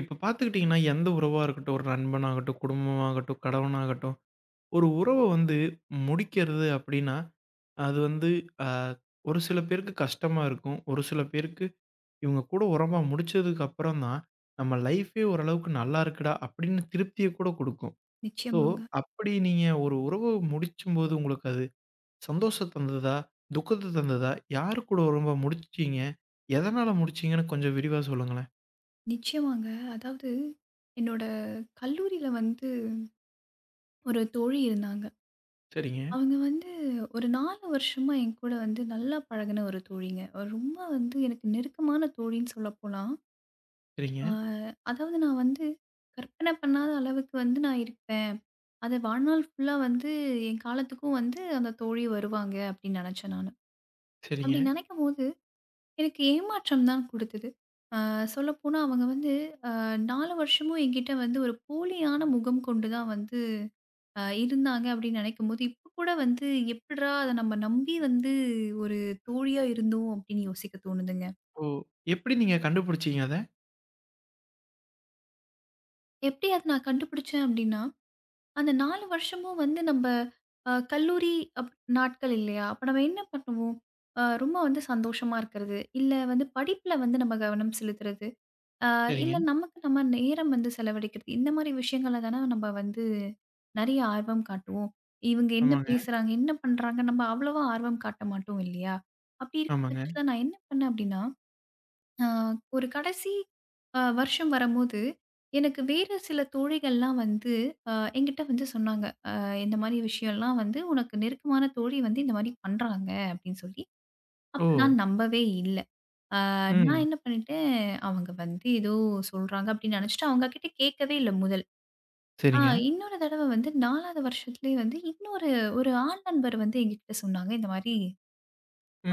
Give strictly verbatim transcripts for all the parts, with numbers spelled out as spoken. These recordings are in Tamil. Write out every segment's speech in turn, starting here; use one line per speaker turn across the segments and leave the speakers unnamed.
இப்ப பார்த்துக்கிட்டீங்கன்னா, எந்த உறவா இருக்கட்டும், ஒரு நண்பனாகட்டும், குடும்பமாகட்டும், கணவனாகட்டும், ஒரு உறவ வந்து முடிக்கிறது அப்டின்னா, அது வந்து அ ஒரு சில பேருக்கு கஷ்டமா இருக்கும். ஒரு சில பேருக்கு இவங்க கூட உறவா முடிச்சதுக்கு அப்புறம் தான், நம்ம லைஃபே ஓரளவுக்கு நல்லா இருக்குடா அப்டின்னு திருப்திய கூட குடுக்கும். ஸோ,
நிச்சயமாங்க.
அப்டி நீங்க ஒரு உறவு முடிச்சும்போது உங்களுக்கு அது சந்தோஷம் தந்ததா? துக்கத்த தந்ததா? யாரு கூட உறவ முடிச்சீங்க? எதனால முடிச்சீங்கன்னு கொஞ்சம் விரிவா சொல்லுங்களேன்.
நிச்சயமாங்க. அதாவது என்னோட கல்லூரியில வந்து ஒரு தோழி இருந்தாங்க.
சரிங்க,
அவங்க வந்து ஒரு நாலு வருஷமா என்கூட வந்து நல்லா பழகுன ஒரு தோழிங்க. அவ ரொம்ப வந்து எனக்கு நெருக்கமான தோழின்னு சொல்லப்போலாம்.
சரிங்க,
ஆ அதாவது நான் வந்து கற்பனை பண்ணாத அளவுக்கு வந்து நான் இருப்பேன். அது வாழ்நாள் ஃபுல்லா வந்து என் காலத்துக்கும் வந்து அந்த தோழி வருவாங்க அப்படின்னு நெனச்சேன் நானு.
சரிங்க.
அப்படி நெனைக்கும்போது எனக்கு ஏமாற்றம் தான் குடுத்தது. அ சொல்லப்போனா அவங்க வந்து நாலு வருஷமும் என்கிட்ட வந்து ஒரு போலியான முகம் கொண்டு தான் வந்து அ இருந்தாங்க அப்படின்னு நினைக்கும்போது, இப்ப கூட வந்து எப்புட்றா அத நம்ம நம்பி வந்து ஒரு தோழியா இருந்தோம் அப்படின்னு யோசிக்க தோணுதுங்க.
ஓ! எப்படி நீங்க கண்டுபிடிச்சீங்க அத?
எப்படி அத நான் கண்டுபிடிச்சேன் அப்படின்னா, அந்த நாலு வருஷமும் வந்து நம்ப அ கல்லூரி அப் நாட்கள் இல்லையா? அப்ப நம்ம என்ன பண்ணுவோம்? அ ரொம்ப வந்து சந்தோஷமா இருக்கிறது, இல்ல வந்து படிப்புல வந்து நம்ம கவனம் செலுத்துறது. ஆ,
சரிங்க.
இல்ல நமக்கு நம்ம நேரம் வந்து செலவழிக்கிறது. இந்த மாரி விஷயங்கள்ல தானே நம்ம வந்து நெறைய ஆர்வம் காட்டுவோம். இவங்க என்ன
ஆமாங்க,
பேசுறாங்க? என்ன பண்றாங்க? நம்ம அவ்வளவா ஆர்வம் காட்ட மாட்டோம் இல்லையா? அப்படி இருக்க
ஆமாங்க.
பட்சத்தில நான் என்ன பண்ணேன் அப்படின்னா, ஆ ஒரு கடைசி அ வருஷம் வரம்போது, எனக்கு வேற சில தோழிகள்லாம் வந்து அ என்கிட்ட வந்து சொன்னாங்க. "அ இந்த மாரி விஷயம்லாம் வந்து உனக்கு நெருக்கமான தோழி வந்து இந்த மாரி பண்றாங்க" அப்படின்னு சொல்லி.
ஓ!
அப்ப நான் நம்பவே இல்ல. நான்
ம்.
என்ன பண்ணிட்டேன், அவங்க வந்து ஏதோ சொல்றாங்க அப்படின்னு நினைச்சுட்டு அவங்க கிட்ட கேட்கவே இல்ல முதல். ஆ
சரிங்க.
இன்னொரு தடவ வந்து 4வது வருஷத்திலேயே வந்து இன்னொரு ஒரு ஆண் நண்பர் வந்து எங்ககிட்ட சொன்னாங்க. இந்த மாரி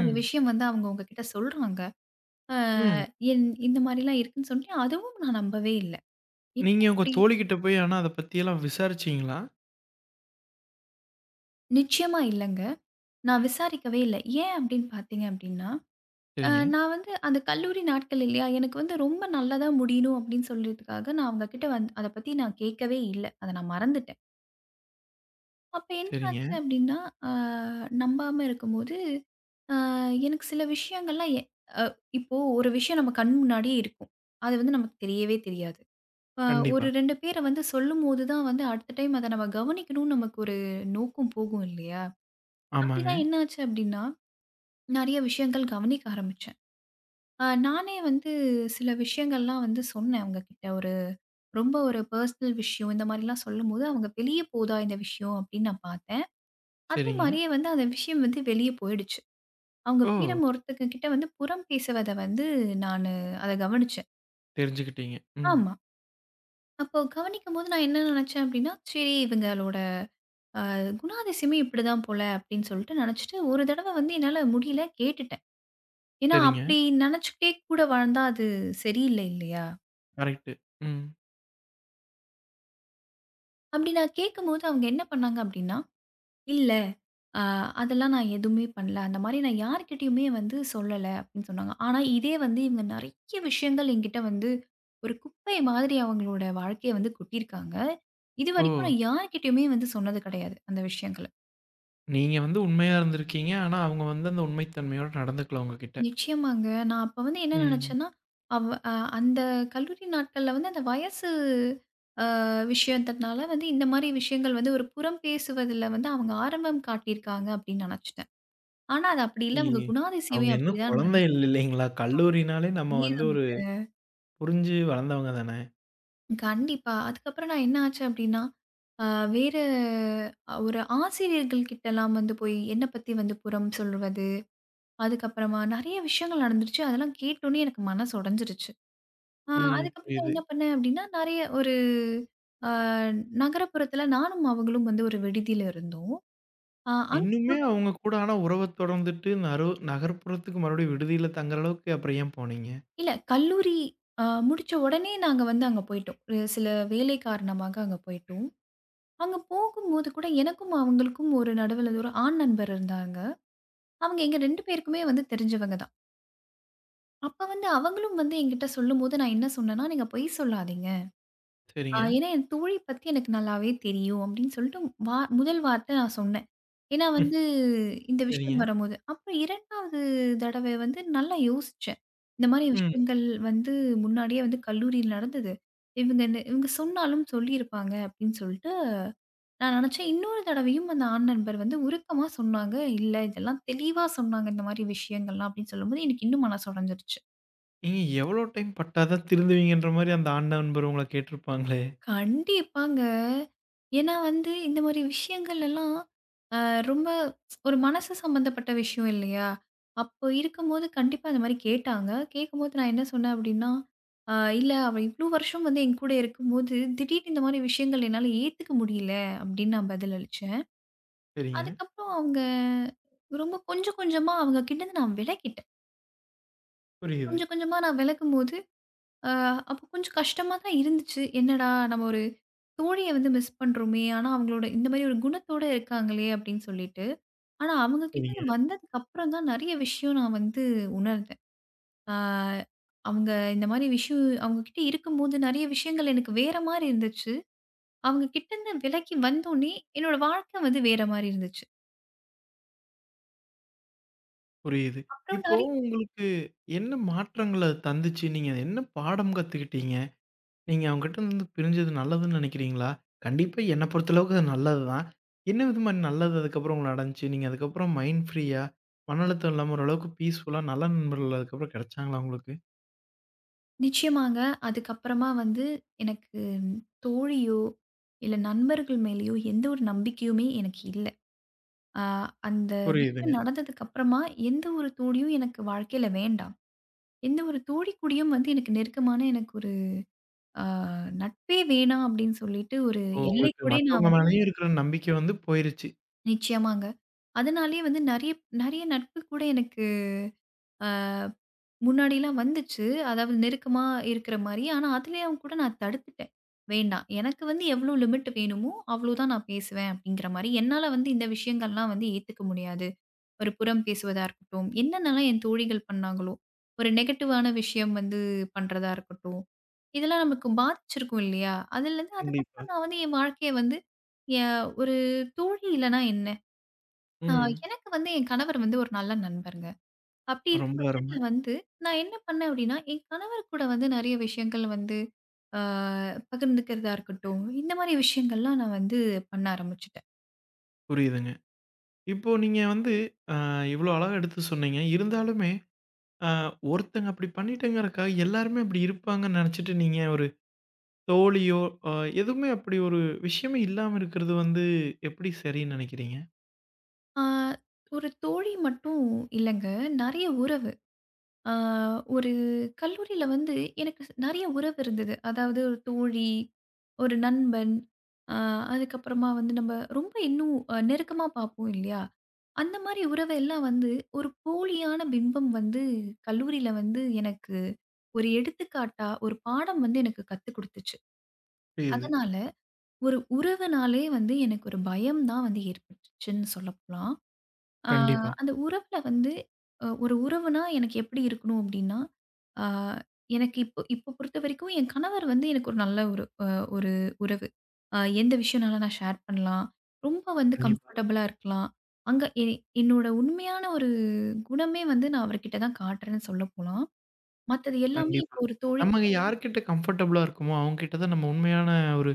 ஒரு விஷயம் வந்து அவங்க உங்ககிட்ட சொல்றாங்க. ஆ
ம்.
என் இந்த மாரிலாம் இருக்குன்னு சொல்லி அதுவும் நான் நம்பவே இல்ல.
நீங்க
என்ன
உங்க
இப்படி
தோழிகிட்ட போய் ஆனா அத பத்தியெல்லாம் விசாரிச்சீங்களா?
நிச்சயமா இல்லங்க. நான் விசாரிக்கவே இல்ல. ஏன் அப்படின்னு பார்த்தீங்க அப்படின்னா, அ
சரிங்க,
நான் வந்து அந்த கல்லூரி நாட்கள் இல்லையா, எனக்கு வந்து ரொம்ப நல்லதா முடியணும் அப்படின்னு சொல்றதுக்காக நான் அவங்க கிட்ட வந்து அத பத்தி நான் கேட்கவே இல்ல. அத நான் மறந்துட்டேன். அப்ப என்ன
சரிங்க.
ஆச்சு அப்டின்னா, அ நம்பாம இருக்கும்போது, அ எனக்கு சில விஷயங்கள்லாம் எ அ இப்போ ஒரு விஷயம் நம்ம கண் முன்னாடியே இருக்கும். அது வந்து நமக்கு தெரியவே தெரியாது. அ ஒரு
கண்டிப்பா.
ரெண்டு பேர வந்து சொல்லும்போது தான் வந்து அடுத்த டைம் அத நம்ம கவனிக்கணும்னு நமக்கு ஒரு நோக்கம் போகும் இல்லையா?
ஆமாங்க.
அப்படிதான் என்ன ஆச்சு அப்டின்னா, நெறைய விஷயங்கள் கவனிக்க ஆரம்பிச்சேன். அ நானே வந்து சில விஷயங்கள்லாம் வந்து சொன்னேன் அவங்ககிட்ட. ஒரு ரொம்ப ஒரு பர்சனல் விஷயம் இந்த மாரிலாம் சொல்லும்போது, அவங்க வெளிய போதா இந்த விஷயம் அப்படின்னு நான் பார்த்தேன். அதே
சரிங்க.
மாரியே வந்து அந்த விஷயம் வந்து வெளிய போயிடுச்சு. அவங்க
ஓ!
வீரம் ஒருத்தங்க கிட்ட வந்து புறம் பேசுவத வந்து நானு அத கவனிச்சேன்.
தெரிஞ்சுக்கிட்டீங்க. ம்.
ஆமா. அப்போ கவனிக்கும்போது நான் என்ன நெனச்சேன் அப்டின்னா, சரி இவங்களோட அ குணாதிசயமே இப்படிதான் போல அப்படின்னு சொல்லிட்டு நெனச்சுட்டு, ஒரு தடவ வந்து என்னால முடியல கேட்டுட்டேன். ஏன்னா
சரிங்க.
அப்படி நெனச்சுக்கிட்டே கூட வாழ்ந்தா அது சரியில்ல இல்லையா?
கரெக்ட்டு. ம்.
அப்படி நான் கேட்கும்போது அவங்க என்ன பண்ணாங்க அப்படின்னா, இல்ல. அ அதெல்லாம் நான் எதுவுமே பண்ணல. அந்த மாரி நான் யார்கிட்டயுமே வந்து சொல்லல அப்படின்னு சொன்னாங்க. ஆனா இதே வந்து இவங்க நெறைய விஷயங்கள் என்கிட்ட வந்து ஒரு குப்பை மாதிரி அவங்களோட வாழ்க்கைய வந்து கொட்டியிருக்காங்க.
ஓ!
இதுவரைக்கும் நான் யார்கிட்டயுமே வந்து சொன்னது கிடையாது, அந்த விஷயங்கள.
நீங்க வந்து உண்மையா இருந்திருக்கீங்க. ஆனா அவங்க வந்து அந்த உண்மை தன்மையோட நடந்துக்கல உங்ககிட்ட.
நிச்சயமாங்க. நான் அப்ப வந்து என்ன
ம்.
நினைச்சேன்னா, அவ் அ அந்த கல்லூரி நாட்கள்ல வந்து அந்த வயசு அ விஷயத்தனால வந்து இந்த மாரி விஷயங்கள் வந்து ஒரு புறம் பேசுவதில வந்து அவங்க ஆரம்பம் காட்டியிருக்காங்க அப்படின்னு நினைச்சுட்டேன். ஆனா அது அப்படி இல்ல.
இ
அவங்க குணாதிசயமே
அவங்க இன்னும்
அப்படிதான்.
குழந்தை இல்ல இல்லைங்களா? கல்லூரினாலே நம்ம வந்து
அதேதான்.
ஒரு புரிஞ்சு வளர்ந்தவங்க தானே.
கண்டிப்பா. அதுக்கப்புறம் நான் என்ன ஆச்சு அப்டின்னா, அ வேற அ ஒரு ஆசிரியர்கள் கிட்டலாம் வந்து போய் என்ன பத்தி வந்து புறம் சொல்வது, அதுக்கப்புறமா நெறைய விஷயங்கள் நடந்துருச்சு. அதெல்லாம் கேட்டோனே எனக்கு மனசு உடைஞ்சிருச்சு. அ
ம்.
அதுக்கப்புறம் நான்
புரியுது.
என்ன பண்ணேன் அப்டின்னா, நெறைய ஒரு அ நகரப்புறத்துல நானும் அவங்களும் வந்து ஒரு விடுதியில இருந்தோம். அ அங்க
இன்னுமே
கூட
அவங்க கூட ஆனா உறவ தொடர்ந்துட்டு நரு நகர்ப்புறத்துக்கு மறுபடியும் விடுதியில தங்குற அளவுக்கு அப்புறம் ஏன் போனீங்க?
இல்ல கல்லூரி அ முடிச்ச உடனே நாங்க வந்து அங்க போயிட்டோம். ஒரு சில வேலை காரணமாக அங்க போயிட்டோம். அங்க போகும்போது கூட எனக்கும் அவங்களுக்கும் ஒரு நடுவுல ஒரு ஆண் நண்பர் இருந்தாங்க. அவங்க எங்க ரெண்டு பேருக்குமே வந்து தெரிஞ்சவங்க தான். அப்ப வந்து அவங்களும் வந்து என்கிட்ட சொல்லும்போது நான் என்ன சொன்னேன்னா, "நீங்க பொய் சொல்லாதீங்க. அ
சரிங்க.
ஏன்னா என் தோழி பத்தி எனக்கு நல்லாவே தெரியும்." அப்படின்னு சொல்லிட்டு வா முதல் வார்த்த நான் சொன்னேன். ஏன்னா
ம்.
வந்து இந்த
சரிங்க.
விஷயம் வரும்போது. அப்புறம் 2வது தடவை வந்து நல்லா யோசிச்சேன். இந்த மாரி
ம்.
விஷயங்கள் வந்து முன்னாடியே வந்து கல்லூரியில நடந்தது. இவங்க இந்த- இவங்க சொன்னாலும் சொல்லியிருப்பாங்க அப்படின்னு சொல்லிட்டு. நான் நினச்சேன் இன்னொரு தடவையும் அந்த ஆண் நண்பர் வந்து உருக்கமா சொன்னாங்க, "இல்ல இதெல்லாம் தெளிவா சொன்னாங்க இந்த மாரி விஷயங்கள்லாம்" அப்படின்னு சொல்லும்போது எனக்கு இன்னும் மனசு உடைஞ்சிருச்சு.
ஏங்க எவ்வளோ டைம் பட்டா தான் திருந்துவீங்கன்ற மாரி அந்த ஆண் நண்பர் உங்கள கேட்டிருப்பாங்களே!
கண்டிப்பாங்க. ஏன்னா வந்து இந்த மாரி விஷயங்கள் எல்லாம் அ ரொம்ப ஒரு மனசு சம்மந்தப்பட்ட விஷயம் இல்லையா? அப்போ இருக்கும்போது கண்டிப்பா இந்த மாரி கேட்டாங்க. கேட்கும்போது நான் என்ன சொன்னேன் அப்படின்னா, "அ இல்ல அவ இவ்ளோ வருஷம் வந்து என்கூட இருக்கும்போது, திடீர்னு இந்த மாரி விஷயங்கள் என்னால ஏத்துக்க முடியல" அப்படின்னு நான் பதிலளிச்சேன்.
சரிங்க.
அதுக்கப்புறம் அவங்க ரொம்ப கொஞ்சம் கொஞ்சமா அவங்க கிட்டேருந்து நான் விலகிட்டேன்.
புரியுது.
கொஞ்சம் கொஞ்சமா நான் விலகும்போது, அ அப்போ கொஞ்சம் கஷ்டமா தான் இருந்துச்சு. என்னடா! நம்ம ஒரு தோழிய வந்து மிஸ் பண்றோமே! ஆனா அவங்களோட இந்த மாரி ஒரு குணத்தோட இருக்காங்களே! அப்படின்னு சொல்லிட்டு. ஆனா அவங்க கிட்டேருந்து
சரிங்க.
வந்ததுக்கு அப்புறம் தான் நெறைய விஷயம் நான் வந்து உணர்ந்தேன். ஆ அவங்க இந்த மாரி விஷயம் அவங்க கிட்ட இருக்கும்போது நெறைய விஷயங்கள் எனக்கு வேற மாரி இருந்துச்சு. அவங்க கிட்டேருந்து விலகி வந்தோனே, என்னோட வாழ்க்கை வந்து வேற மாரி இருந்துச்சு.
புரியுது.
அப்புறம்
இப்போ
நெறைய
உங்களுக்கு என்ன மாற்றங்கள் அது தந்துச்சு? நீங்க என்ன பாடம் கத்துக்கிட்டீங்க? நீங்க அவங்ககிட்ட இருந்து பிரிஞ்சது நல்லதுன்னு நினைக்கிறீங்களா? கண்டிப்பா என்ன பொறுத்தளவுக்கு அது நல்லது தான். என்ன விதமா நல்லது அதுக்கப்புறம் உங்களுக்கு நடந்துச்சு? நீங்க அதுக்கப்புறம் மைண்ட் ஃப்ரீயா, மன அழுத்தம் இல்லாம ஓரளவுக்கு பீஸ்ஃபுல்லா நல்ல நண்பர்கள் அதுக்கப்புறம் கிடைச்சாங்களா உங்களுக்கு?
நிச்சயமாங்க. அதுக்கப்புறமா வந்து எனக்கு தோழியோ, இல்ல நண்பர்கள் மேலயோ எந்த ஒரு நம்பிக்கையுமே எனக்கு இல்ல. அ அந்த
புரியுதுங்க.
விஷயம் நடந்ததுக்கு அப்புறமா எந்த ஒரு தோழியும் எனக்கு வாழ்க்கையில வேண்டாம். எந்த ஒரு தோழி கூடயும் வந்து எனக்கு நெருக்கமான எனக்கு ஒரு அ நட்பே வேணாம் அப்படின்னு சொல்லிட்டு ஒரு
ஓ!
எல்லை
உங்களுக்கு
கூடயே நான்
மத்தவங்க
வந்து
மேலயும் இருக்கிற நம்பிக்கை வந்து போயிருச்சு.
நிச்சயமாங்க. அதனாலேயே வந்து நெறைய நெறைய நட்பு கூட எனக்கு அ முன்னாடிலாம் வந்துச்சு. அதாவது நெருக்கமா இருக்கிற மாரி. ஆனா, அதுலயும் கூட நான் தடுத்துட்டேன். வேண்டாம். எனக்கு வந்து எவ்ளோ லிமிட் வேணுமோ, அவ்ளோதான் நான் பேசுவேன் அப்படிங்கிற மாரி. என்னால வந்து இந்த விஷயங்கள்லாம் வந்து ஏத்துக்க முடியாது. ஒரு புறம் பேசுவதா இருக்கட்டும், என்னென்னலாம் என் தோழிகள் பண்ணாங்களோ, ஒரு நெகட்டிவான விஷயம் வந்து பண்றதா இருக்கட்டும். இதெல்லாம் நமக்கு பாதிச்சிருக்கும் இல்லையா? அதுலருந்து
கண்டிப்பா.
அதுக்கப்புறம் நான் வந்து என் வாழ்க்கைய வந்து என் ஒரு தோழி இல்லன்னா என்ன? அ
ம்.
எனக்கு வந்து என் கணவர் வந்து ஒரு நல்ல நண்பருங்க. அப்படி இருக்க
ரொம்ப அருமை.
பட்சத்தில வந்து, நான் என்ன பண்ணேன் அப்படின்னா, என் கணவர் கூட வந்து நெறைய விஷயங்கள் வந்து அ பகிர்ந்துக்கிறதா இருக்கட்டும், இந்த மாரி விஷயங்கள்லாம் நான் வந்து பண்ண ஆரம்பிச்சுட்டேன்.
புரியுதுங்க. இப்போ நீங்க வந்து அ இவ்வளோ அழகா எடுத்து சொன்னீங்க. இருந்தாலுமே அ ஒருத்தங்க அப்படி பண்ணிட்டேங்கறக்காக எல்லாருமே அப்படி இருப்பாங்கன்னு நினைச்சுட்டு நீங்க ஒரு தோழியோ, அ எதுவுமே அப்படி ஒரு விஷயமே இல்லாம இருக்கிறது வந்து எப்படி சரின்னு நினைக்கிறீங்க?
ஆ ஒரு தோழி மட்டும் இல்லங்க. நெறைய உறவு. ஆ, ஒரு கல்லூரியில வந்து எனக்கு ஸ் நெறைய உறவு இருந்தது. அதாவது ஒரு தோழி, ஒரு நண்பன், அ அதுக்கப்புறமா வந்து நம்ம ரொம்ப இன்னும் அ நெருக்கமா பார்ப்போம் இல்லையா? அந்த மாரி உறவெல்லாம் வந்து ஒரு போலியான பிம்பம் வந்து கல்லூரியில வந்து எனக்கு ஒரு எடுத்துக்காட்டா, ஒரு பாடம் வந்து எனக்கு கத்துக் குடுத்துச்சு.
புரியுது.
அதனால ஒரு உறவுனாலே வந்து எனக்கு ஒரு பயம் தான் வந்து ஏற்பட்டுச்சுன்னு சொல்லலாம். ஆ,
கண்டிப்பா,
அந்த உறவுல வந்து அ ஒரு உறவுனா எனக்கு எப்படி இருக்கணும் அப்படின்னா, ஆ எனக்கு இப்போ இப்போ பொறுத்தவரைக்கும் என் கணவர் வந்து எனக்கு ஒரு நல்ல ஒரு அ ஒரு உறவு. அ எந்த விஷயம்னாலும் நான் ஷேர் பண்ணலாம். ரொம்ப வந்து
கண்டிப்பா,
கம்ஃபர்டபுளா இருக்கலாம். அங்க எ என்னோட உண்மையான ஒரு குணமே வந்து நான் அவர்கிட்ட தான் காட்டுறேன்னு சொல்ல போலாம். மத்தது எல்லாமே
கண்டிப்பா.
இப்போ ஒரு தோழிகிட்ட
நமக்கு யார்கிட்ட கம்ஃபர்டபுளா இருக்குமோ, அவங்க கிட்ட தான் நம்ம உண்மையான ஒரு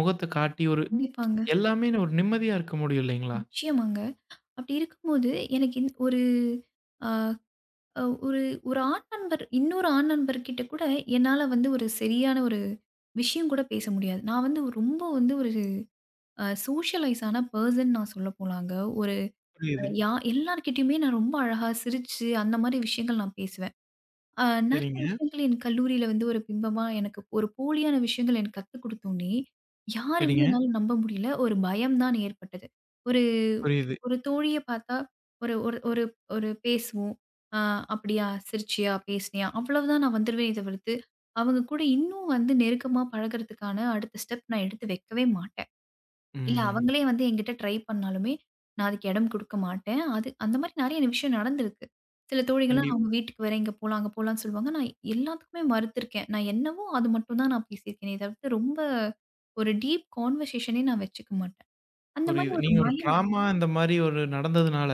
முகத்த காட்டி, ஒரு
கண்டிப்பாங்க.
எல்லாமே ஒரு நிம்மதியா இருக்க முடியும் இல்லைங்களா?
நிச்சயமாங்க. அப்படி இருக்கும்போது எனக்கு இந் ஒரு அ ஒரு ஒரு ஆண் நண்பர் இன்னொரு ஆண் நண்பர்கிட்ட கூட என்னால வந்து ஒரு சரியான ஒரு விஷயம் கூட பேச முடியாது. நான் வந்து ரொம்ப வந்து ஒரு அ சோஷியலைஸ் ஆன பெர்சன் நான் சொல்ல போலாங்க. ஒரு அ
புரியுது.
யா எல்லார்கிட்டயுமே நான் ரொம்ப அழகா சிரிச்சு, அந்த மாரி விஷயங்கள் நான் பேசுவேன். ஆ நெறைய
சரிங்க,
விஷயங்கள் என் கல்லூரியில வந்து ஒரு பிம்பமா எனக்கு ஒரு போலியான விஷயங்கள் எனக்கு கத்துக் குடுத்தோனே, யாருமே
சரிங்க.
என்னால நம்ப முடியல. ஒரு பயம் தான் ஏற்பட்டது. ஒரு
புரியுது.
ஒரு தோழிய பார்த்தா ஒரு ஒரு ஒரு ஒரு பேசுவோம். ஆ "அப்படியா? சிரிச்சியா? பேசினியா?" அவ்வளவுதான் நான் வந்துருவேனே தவிர்த்து, அவங்க கூட இன்னும் வந்து நெருக்கமா பழகுறதுக்கான அடுத்த ஸ்டெப் நான் எடுத்து வைக்கவே மாட்டேன். இல்ல
ம்.
அவங்களே வந்து என்கிட்ட ட்ரை பண்ணாலுமே, நான் அதுக்கு இடம் குடுக்க மாட்டேன். அது அந்த மாரி நெறைய விஷயம் நடந்திருக்கு. சில தோழிகள்லாம் அவங்க
கண்டிப்பா.
வீட்டுக்கு வேற இங்க போலாம், அங்க போலான்னு சொல்லுவாங்க. நான் எல்லாத்துக்குமே மறுத்திருக்கேன். நான் என்னவோ அது மட்டும் தான் நான் பேசியிருக்கேனே தவிர்த்து, ரொம்ப ஒரு டீப் கான்வர்சேஷனே நான் வச்சுக்க மாட்டேன். அந்த மாரி
புரியுது.
ஒரு
நீங்க ஒரு
பயம்
ட்ராமா இந்த மாரி ஒரு நடந்ததுனால,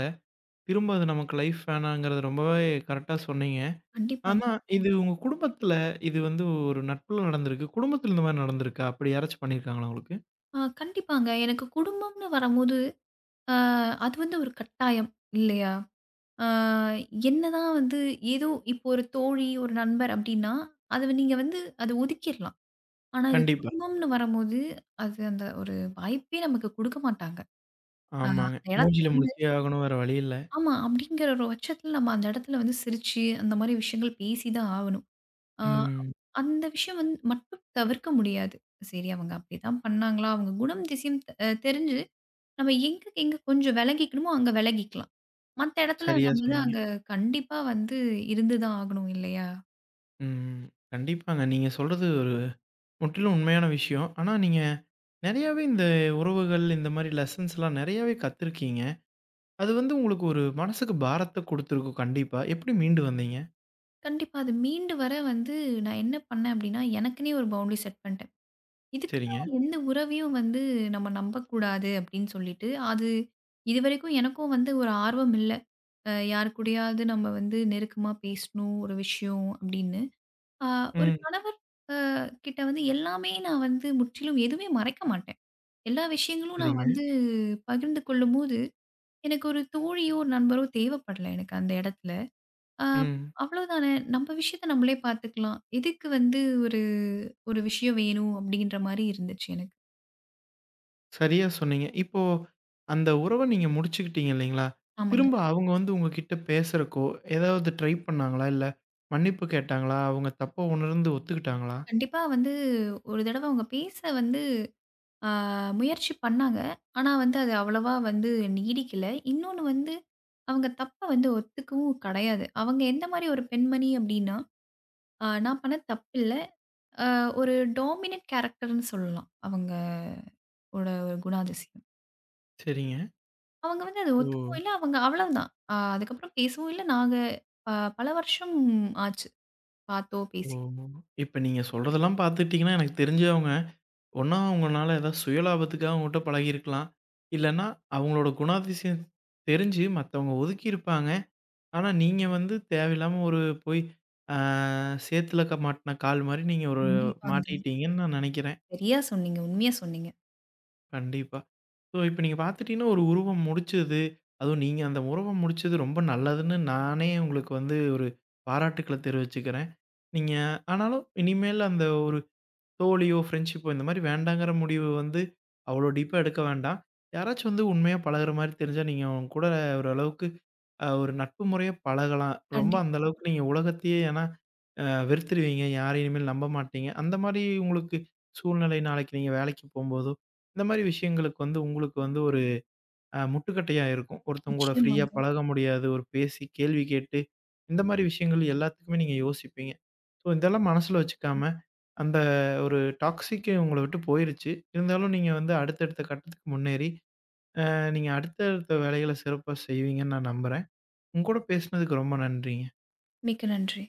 திரும்ப அது நமக்கு லைஃப் வேணாங்கிறது ரொம்பவே கரெக்ட்டா சொன்னீங்க.
கண்டிப்பாங்க.
ஆனா, இது உங்க குடும்பத்துல இது வந்து ஒரு நட்புல நடந்திருக்கு. குடும்பத்துல இந்த மாரி நடந்திருக்கா? அப்படி யாராச்சும் பண்ணியிருக்காங்களா உங்களுக்கு?
ஆ கண்டிப்பாங்க. எனக்கு குடும்பம்னு வரம்போது, ஆ அது வந்து ஒரு கட்டாயம் இல்லையா? ஆ என்னதான் வந்து ஏதோ இப்போ ஒரு தோழி, ஒரு நண்பர் அப்டின்னா, அத நீங்க வந்து அத ஒதுக்கிர்லாம். ஆனா இது
கண்டிப்பா.
குடும்பம்னு வரம்போது, அது அந்த ஒரு வாய்ப்பே நமக்கு குடுக்க மாட்டாங்க. அ
ஆமாங்க.
அந்த இடத்துல
மூஞ்சில
வந்து
முழிச்சே ஆகணும். வேற வழி இல்ல.
ஆமா. அப்படிங்கிற ஒரு பட்சத்துல நம்ம அந்த இடத்துல வந்து சிரிச்சு, அந்த மாரி விஷயங்கள் பேசி தான் ஆகணும். அ
ம்.
அந்த விஷயம் வந்து மட்டும் தவிர்க்க முடியாது. சரி அவங்க அப்படிதான் பண்ணாங்களா? அவங்க குணம், திசையும் அ தெரிஞ்சு நம்ம எங்க எங்க கொஞ்சம் விலகிக்கணுமோ அங்க விலகிக்கலாம். மத்த இடத்துல
சரியா
நம்ம தான்
சொன்னீங்க.
அங்க கண்டிப்பா வந்து இருந்து தான் ஆகணும் இல்லையா?
ம். கண்டிப்பாங்க. நீங்க சொல்றது ஒரு முற்றிலும் உண்மையான விஷயம். ஆனா, நீங்க நெறையாவே இந்த உறவுகள், இந்த மாரி லெசன்ஸ்லாம் நெறையாவே கத்துருக்கீங்க. அது வந்து உங்களுக்கு ஒரு மனசுக்கு பாரத்த குடுத்துருக்கும் கண்டிப்பா. எப்படி மீண்டு வந்தீங்க?
கண்டிப்பா அது மீண்டு வர வந்து நான் என்ன பண்ணேன் அப்படின்னா, எனக்குன்னே ஒரு பவுண்டரி செட் பண்ணிட்டேன். இதுக்கு மேல
சரிங்க.
எந்த உறவையும் வந்து நம்ம நம்பக்கூடாது அப்படின்னு சொல்லிட்டு, அது இதுவரைக்கும் எனக்கும் வந்து ஒரு ஆர்வம் இல்ல. அ யார் கூடயாவது நம்ம வந்து நெருக்கமா பேசணும் ஒரு விஷயம் அப்படின்னு. அ ஒரு
ம்.
கணவர் அ கிட்ட வந்து எல்லாமே நான் வந்து முற்றிலும் எதுவுமே மறைக்க மாட்டேன். எல்லா விஷயங்களும் நான்
சரிங்க.
வந்து பகிர்ந்து கொள்ளும்போது, எனக்கு ஒரு தோழியோ, ஒரு நண்பரோ தேவைப்படல எனக்கு அந்த இடத்துல. அ
ம்.
அவ்வளோதானே நம்ம விஷயத்த நம்மளே பார்த்துக்கலாம். எதுக்கு வந்து ஒரு ஒரு விஷயம் வேணும் அப்படின்ற மாரி இருந்துச்சு எனக்கு.
சரியா சொன்னீங்க. இப்போ அந்த உறவ நீங்க முடிச்சுக்கிட்டீங்க இல்லைங்களா?
ஆமாங்க.
திரும்ப அவங்க வந்து உங்ககிட்ட பேசுறக்கோ, ஏதாவது ட்ரை பண்ணாங்களா? இல்ல மன்னிப்பு கேட்டாங்களா? அவங்க தப்ப உணர்ந்து ஒத்துக்கிட்டாங்களா?
கண்டிப்பா வந்து ஒரு தடவ அவங்க பேச வந்து ஆ, முயற்சி பண்ணாங்க. ஆனா வந்து அது அவ்வளவா வந்து நீடிக்கல. இன்னொன்னு வந்து அவங்க தப்ப வந்து ஒத்துக்கவும் கிடையாது. அவங்க எந்த மாரி ஒரு பெண்மணி அப்டின்னா, ஆ நான் பண்ணது தப்பில்ல. ஆ ஒரு டாமினன்ட் கேரக்டர்ன்னு சொல்லலாம். அவங்களோட ஒரு ஒரு குணாதிசயம்.
சரிங்க.
அவங்க வந்து அத ஒத்துக்கவும்
ஓ!
இல்ல. அவங்க அவ்வளவுதான். ஆ அதுக்கப்புறம் பேசவும் இல்ல. நாங்க அ பல வருஷம் ஆச்சு. பார்த்தோம்,
ஓ!
பேசியும்.
இப்ப நீங்க சொல்றதெல்லாம் பார்த்துக்கிட்டீங்கன்னா, எனக்கு தெரிஞ்சு அவங்க ஒண்ணா உங்கனால ஏதாவது சுயலாபத்துக்காக உங்கட்ட பழகியிருக்கலாம். இல்லன்னா அவங்களோட குணாதிசயம் தெரிஞ்சு மத்தவங்க ஒதுக்கியிருப்பாங்க. ஆனா நீங்க வந்து தேவையில்லாம ஒரு போய் ஆ சேத்துல க மாட்டுன கால் மாரி நீங்க ஒரு
கண்டிப்பாங்க.
மாட்டிக்கிட்டீங்கன்னு நான் நெனைக்கிறேன்.
சரியா சொன்னீங்க. உண்மையா சொன்னீங்க.
கண்டிப்பா. ஸோ இப்ப நீங்க பார்த்துட்டீங்கன்னா, ஒரு உருவம் முடிச்சது, அதுவும் நீங்க அந்த உருவம் முடிச்சது ரொம்ப நல்லதுன்னு நானே உங்களுக்கு வந்து ஒரு பாராட்டுக்கள தெரிவிச்சுக்கிறேன். நீங்க ஆனாலும் இனிமேல் அந்த ஒரு தோழியோ, ஃப்ரெண்ட்ஷிப்போ இந்த மாரி வேண்டாங்கிற முடிவு வந்து அவ்வளோ டீப்பா எடுக்க வேண்டாம். யாராச்சும் வந்து உண்மையா பழகுற மாரி தெரிஞ்சா, நீங்க அவங்க கூட ஓரளவுக்கு அ ஒரு நட்பு முறையா பழகலாம். ரொம்ப அந்த
கண்டிப்பா.
அளவுக்கு நீங்க உலகத்தையே ஏன்னா அ வெறுத்துருவீங்க. யாரையும் இனிமேல் நம்ப மாட்டீங்க. அந்த மாரி உங்களுக்கு சூழ்நிலை நாளைக்கு நீங்க வேலைக்கு போம்போதோ, இந்த மாரி விஷயங்களுக்கு வந்து உங்களுக்கு வந்து ஒரு அ முட்டுக்கட்டையா இருக்கும். ஒருத்தவங்களோட ஃப்ரீயா
நிச்சயமாங்க.
பழக முடியாது. ஒரு பேசி கேள்வி கேட்டு, இந்த மாரி விஷயங்கள் எல்லாத்துக்குமே நீங்க யோசிப்பீங்க. ஸோ இதெல்லாம் மனசுல வச்சுக்காம,
கண்டிப்பா.
அந்த ஒரு டாக்ஸிக்கு உங்கள விட்டு போயிருச்சு. இருந்தாலும் நீங்க வந்து அடுத்தடுத்த கட்டத்துக்கு முன்னேறி, அ நீங்க அடுத்தடுத்த வேலைகள சிறப்பா செய்வீங்கன்னு நான் நம்புறேன். உங்க கூட பேசுனதுக்கு ரொம்ப நன்றிங்க.
மிக்க நன்றி.